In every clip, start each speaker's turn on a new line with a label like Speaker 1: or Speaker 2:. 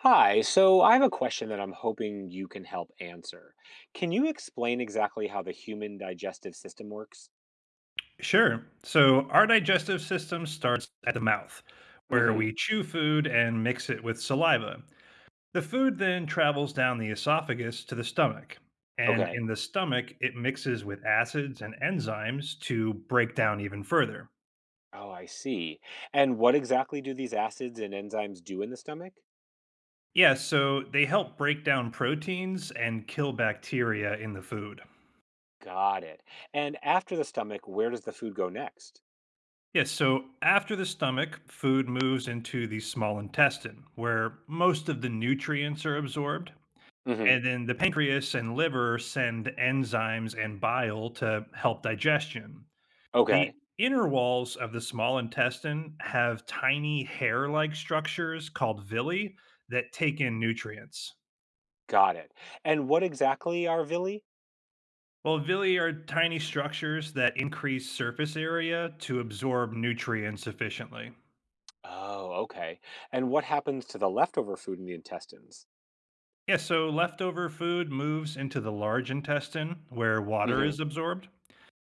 Speaker 1: Hi, so I have a question that I'm hoping you can help answer. Can you explain exactly how the human digestive system works?
Speaker 2: Sure. So our digestive system starts at the mouth, where
Speaker 1: Hmm.
Speaker 2: we chew food and mix it with saliva. The food then travels down the esophagus to the stomach. And
Speaker 1: Okay.
Speaker 2: in the stomach, it mixes with acids and enzymes to break down even further.
Speaker 1: Oh, I see. And what exactly do these acids and enzymes do in the stomach?
Speaker 2: Yeah, so they help break down proteins and kill bacteria in the food.
Speaker 1: Got it. And after the stomach, where does the food go next?
Speaker 2: Yes, so after the stomach, food moves into the small intestine, where most of the nutrients are absorbed.
Speaker 1: Hmm.
Speaker 2: And then the pancreas and liver send enzymes and bile to help digestion. The
Speaker 1: Okay.
Speaker 2: inner walls of the small intestine have tiny hair like structures called villi that take in nutrients.
Speaker 1: Got it. And what exactly are villi?
Speaker 2: Well, villi are tiny structures that increase surface area to absorb nutrients efficiently.
Speaker 1: Oh, okay. And what happens to the leftover food in the intestines?
Speaker 2: Yeah, so leftover food moves into the large intestine where water
Speaker 1: Hmm.
Speaker 2: is absorbed.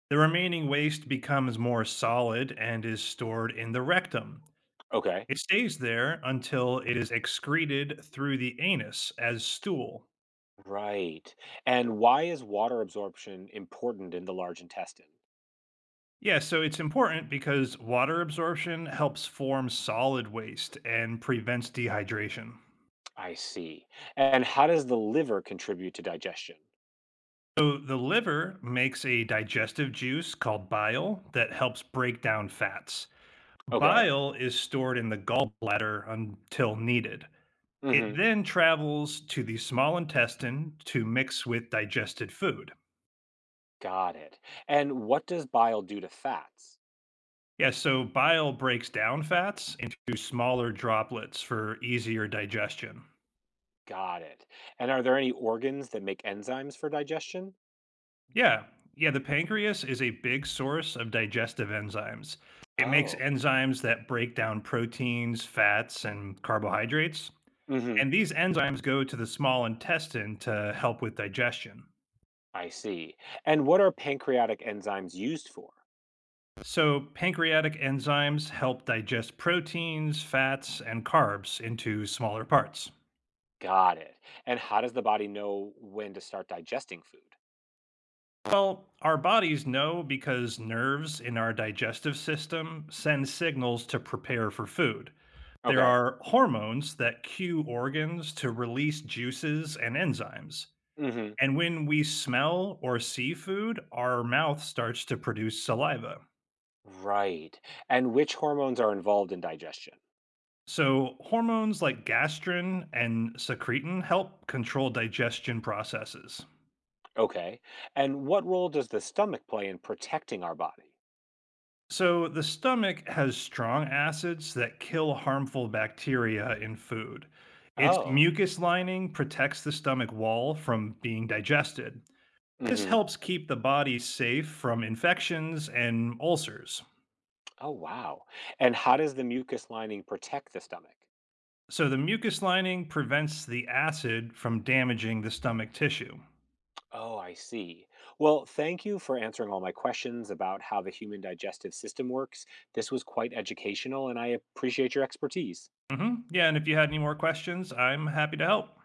Speaker 2: The remaining waste becomes more solid and is stored in the rectum.
Speaker 1: Okay.
Speaker 2: It stays there until it is excreted through the anus as stool.
Speaker 1: Right. And why is water absorption important in the large intestine?
Speaker 2: Yeah, so it's important because water absorption helps form solid waste and prevents dehydration.
Speaker 1: I see. And how does the liver contribute to digestion?
Speaker 2: So the liver makes a digestive juice called bile that helps break down fats.
Speaker 1: Okay.
Speaker 2: Bile is stored in the gallbladder until needed. It
Speaker 1: Hmm.
Speaker 2: then travels to the small intestine to mix with digested food.
Speaker 1: Got it. And what does bile do to fats?
Speaker 2: Yeah, so bile breaks down fats into smaller droplets for easier digestion.
Speaker 1: Got it. And are there any organs that make enzymes for digestion?
Speaker 2: Yeah, yeah, the pancreas is a big source of digestive enzymes. It makes
Speaker 1: Oh.
Speaker 2: enzymes that break down proteins, fats, and carbohydrates.
Speaker 1: Hmm.
Speaker 2: And these enzymes go to the small intestine to help with digestion.
Speaker 1: I see. And what are pancreatic enzymes used for?
Speaker 2: So, pancreatic enzymes help digest proteins, fats, and carbs into smaller parts.
Speaker 1: Got it. And how does the body know when to start digesting food?
Speaker 2: Well, our bodies know because nerves in our digestive system send signals to prepare for food. There
Speaker 1: Okay.
Speaker 2: are hormones that cue organs to release juices and enzymes.
Speaker 1: Mm-hmm.
Speaker 2: And when we smell or see food, our mouth starts to produce saliva.
Speaker 1: Right. And which hormones are involved in digestion?
Speaker 2: So, hormones like gastrin and secretin help control digestion processes.
Speaker 1: Okay. And what role does the stomach play in protecting our body?
Speaker 2: So, the stomach has strong acids that kill harmful bacteria in food. Its
Speaker 1: Oh.
Speaker 2: mucus lining protects the stomach wall from being digested. This
Speaker 1: Mhm.
Speaker 2: helps keep the body safe from infections and ulcers.
Speaker 1: Oh, wow. And how does the mucus lining protect the stomach?
Speaker 2: So, the mucus lining prevents the acid from damaging the stomach tissue.
Speaker 1: Oh, I see. Well, thank you for answering all my questions about how the human digestive system works. This was quite educational and I appreciate your expertise.
Speaker 2: Yeah, and if you had any more questions, I'm happy to help.